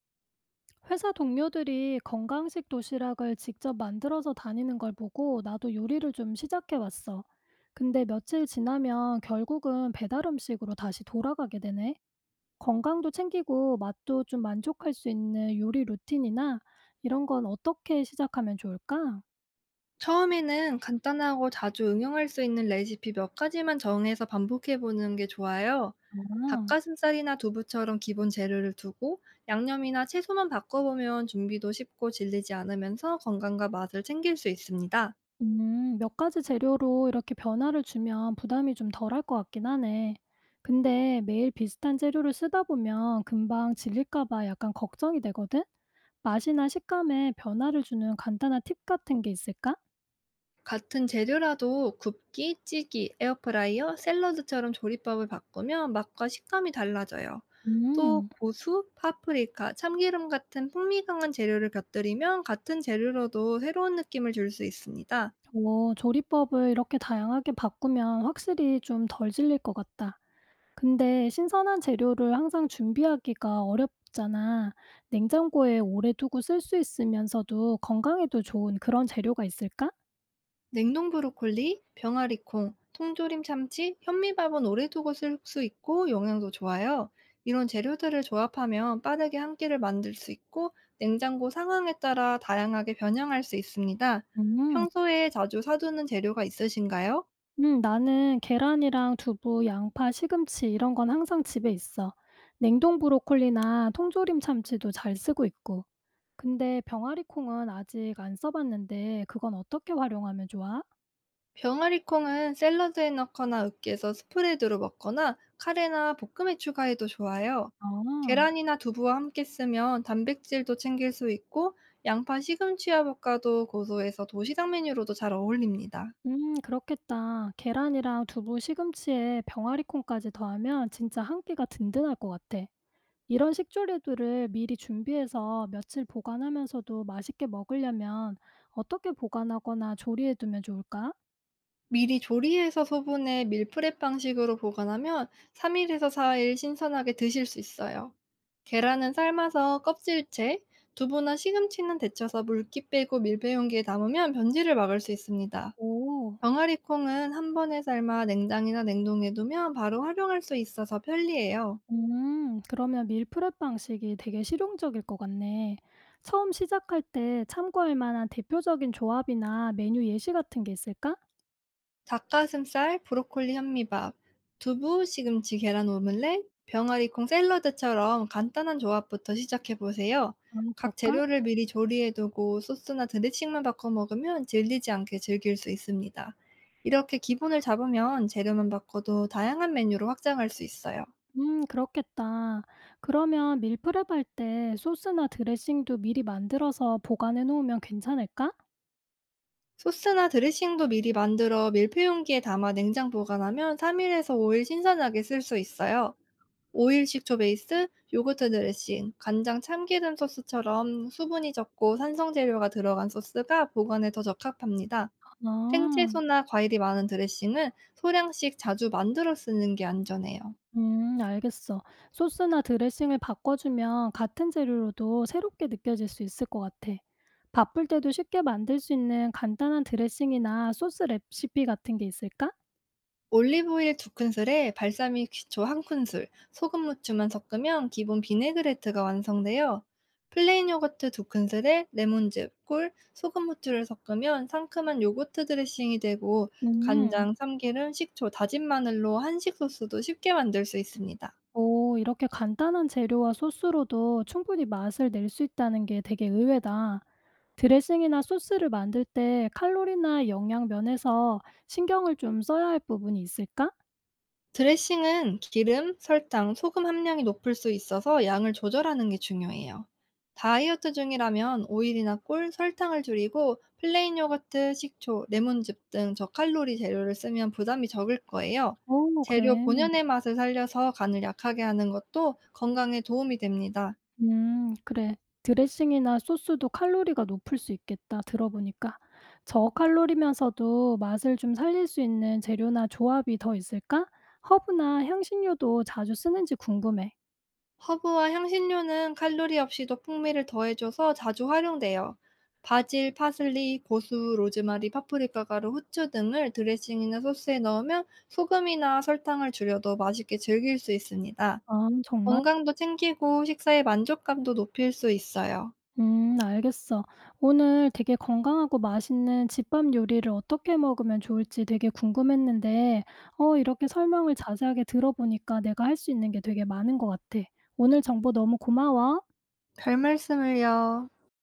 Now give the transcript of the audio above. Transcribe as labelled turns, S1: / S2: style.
S1: 회사 동료들이 건강식 도시락을 직접 만들어서 다니는 걸 보고 나도 요리를 좀 시작해 왔어. 근데 며칠 지나면 결국은 배달 음식으로 다시 돌아가게 되네. 건강도 챙기고 맛도 좀 만족할 수 있는 요리 루틴이나 이런 건 어떻게 시작하면 좋을까?
S2: 처음에는 간단하고 자주 응용할 수 있는 레시피 몇 가지만 정해서 반복해 보는 게 좋아요.
S1: 아,
S2: 닭가슴살이나 두부처럼 기본 재료를 두고 양념이나 채소만 바꿔보면 준비도 쉽고 질리지 않으면서 건강과 맛을 챙길 수 있습니다.
S1: 몇 가지 재료로 이렇게 변화를 주면 부담이 좀 덜할 것 같긴 하네. 근데 매일 비슷한 재료를 쓰다 보면 금방 질릴까 봐 약간 걱정이 되거든? 맛이나 식감에 변화를 주는 간단한 팁 같은 게 있을까?
S2: 같은 재료라도 굽기, 찌기, 에어프라이어, 샐러드처럼 조리법을 바꾸면 맛과 식감이 달라져요. 또
S1: 음,
S2: 고수, 파프리카, 참기름 같은 풍미 강한 재료를 곁들이면 같은 재료로도 새로운 느낌을 줄 수 있습니다.
S1: 오, 조리법을 이렇게 다양하게 바꾸면 확실히 좀 덜 질릴 것 같다. 근데 신선한 재료를 항상 준비하기가 어렵잖아. 냉장고에 오래 두고 쓸 수 있으면서도 건강에도 좋은 그런 재료가 있을까?
S2: 냉동 브로콜리, 병아리콩, 통조림 참치, 현미밥은 오래 두고 쓸 수 있고 영양도 좋아요. 이런 재료들을 조합하면 빠르게 한 끼를 만들 수 있고 냉장고 상황에 따라 다양하게 변형할 수 있습니다.
S1: 음.
S2: 평소에 자주 사두는 재료가 있으신가요?
S1: 나는 계란이랑 두부, 양파, 시금치 이런 건 항상 집에 있어. 냉동 브로콜리나 통조림 참치도 잘 쓰고 있고. 근데 병아리 콩은 아직 안 써봤는데 그건 어떻게 활용하면 좋아?
S2: 병아리콩은 샐러드에 넣거나 으깨서 스프레드로 먹거나 카레나 볶음에 추가해도 좋아요.
S1: 아.
S2: 계란이나 두부와 함께 쓰면 단백질도 챙길 수 있고 양파 시금치와 볶아도 고소해서 도시락 메뉴로도 잘 어울립니다.
S1: 그렇겠다. 계란이랑 두부, 시금치에 병아리콩까지 더하면 진짜 한 끼가 든든할 것 같아. 이런 식조류들을 미리 준비해서 며칠 보관하면서도 맛있게 먹으려면 어떻게 보관하거나 조리해두면 좋을까?
S2: 미리 조리해서 소분해 밀프렙 방식으로 보관하면 3일에서 4일 신선하게 드실 수 있어요. 계란은 삶아서 껍질째, 두부나 시금치는 데쳐서 물기 빼고 밀배 용기에 담으면 변질을 막을 수 있습니다.
S1: 오,
S2: 병아리 콩은 한 번에 삶아 냉장이나 냉동해 두면 바로 활용할 수 있어서 편리해요.
S1: 그러면 밀프렙 방식이 되게 실용적일 것 같네. 처음 시작할 때 참고할 만한 대표적인 조합이나 메뉴 예시 같은 게 있을까?
S2: 닭가슴살, 브로콜리 현미밥, 두부, 시금치, 계란 오믈렛, 병아리 콩 샐러드처럼 간단한 조합부터 시작해 보세요.
S1: 아,
S2: 각
S1: 그럴까?
S2: 재료를 미리 조리해 두고 소스나 드레싱만 바꿔 먹으면 질리지 않게 즐길 수 있습니다. 이렇게 기본을 잡으면 재료만 바꿔도 다양한 메뉴로 확장할 수 있어요.
S1: 그렇겠다. 그러면 밀프렙 할 때 소스나 드레싱도 미리 만들어서 보관해 놓으면 괜찮을까?
S2: 소스나 드레싱도 미리 만들어 밀폐 용기에 담아 냉장 보관하면 3 일에서 5일 신선하게 쓸 수 있어요. 오일 식초 베이스, 요거트 드레싱, 간장 참기름 소스처럼 수분이 적고 산성 재료가 들어간 소스가 보관에 더 적합합니다.
S1: 아.
S2: 생채소나 과일이 많은 드레싱은 소량씩 자주 만들어 쓰는 게 안전해요.
S1: 알겠어. 소스나 드레싱을 바꿔주면 같은 재료로도 새롭게 느껴질 수 있을 것 같아. 바쁠 때도 쉽게 만들 수 있는 간단한 드레싱이나 소스 레시피 같은 게 있을까?
S2: 올리브오일 2 큰술에 발사믹 식초 1 큰술, 소금 무추만 섞으면 기본 비네그레트가 완성돼요. 플레인 요거트 2 큰술에 레몬즙, 꿀, 소금 무추를 섞으면 상큼한 요거트 드레싱이 되고
S1: 음.
S2: 간장, 참기름, 식초, 다진 마늘로 한식 소스도 쉽게 만들 수 있습니다.
S1: 오, 이렇게 간단한 재료와 소스로도 충분히 맛을 낼 수 있다는 게 되게 의외다. 드레싱이나 소스를 만들 때 칼로리나 영양 면에서 신경을 좀 써야 할 부분이 있을까?
S2: 드레싱은 기름, 설탕, 소금 함량이 높을 수 있어서 양을 조절하는 게 중요해요. 다이어트 중이라면 오일이나 꿀, 설탕을 줄이고 플레인 요거트, 식초, 레몬즙 등 저칼로리 재료를 쓰면 부담이 적을 거예요.
S1: 오,
S2: 재료
S1: 그래.
S2: 본연의 맛을 살려서 간을 약하게 하는 것도 건강에 도움이 됩니다.
S1: 그래. 드레싱이나 소스도 칼로리가 높을 수 있겠다. 들어보니까. 저칼로리면서도 맛을 좀 살릴 수 있는 재료나 조합이 더 있을까? 허브나 향신료도 자주 쓰는지 궁금해.
S2: 허브와 향신료는 칼로리 없이도 풍미를 더해줘서 자주 활용돼요. 바질, 파슬리, 고수, 로즈마리, 파프리카 가루, 후추 등을 드레싱이나 소스에 넣으면 소금이나 설탕을 줄여도 맛있게 즐길 수 있습니다.
S1: 아, 정말?
S2: 건강도 챙기고 식사의 만족감도 높일 수 있어요.
S1: 알겠어. 오늘 되게 건강하고 맛있는 집밥 요리를 어떻게 먹으면 좋을지 되게 궁금했는데, 이렇게 설명을 자세하게 들어보니까 내가 할 수 있는 게 되게 많은 것 같아. 오늘 정보 너무 고마워.
S2: 별 말씀을요.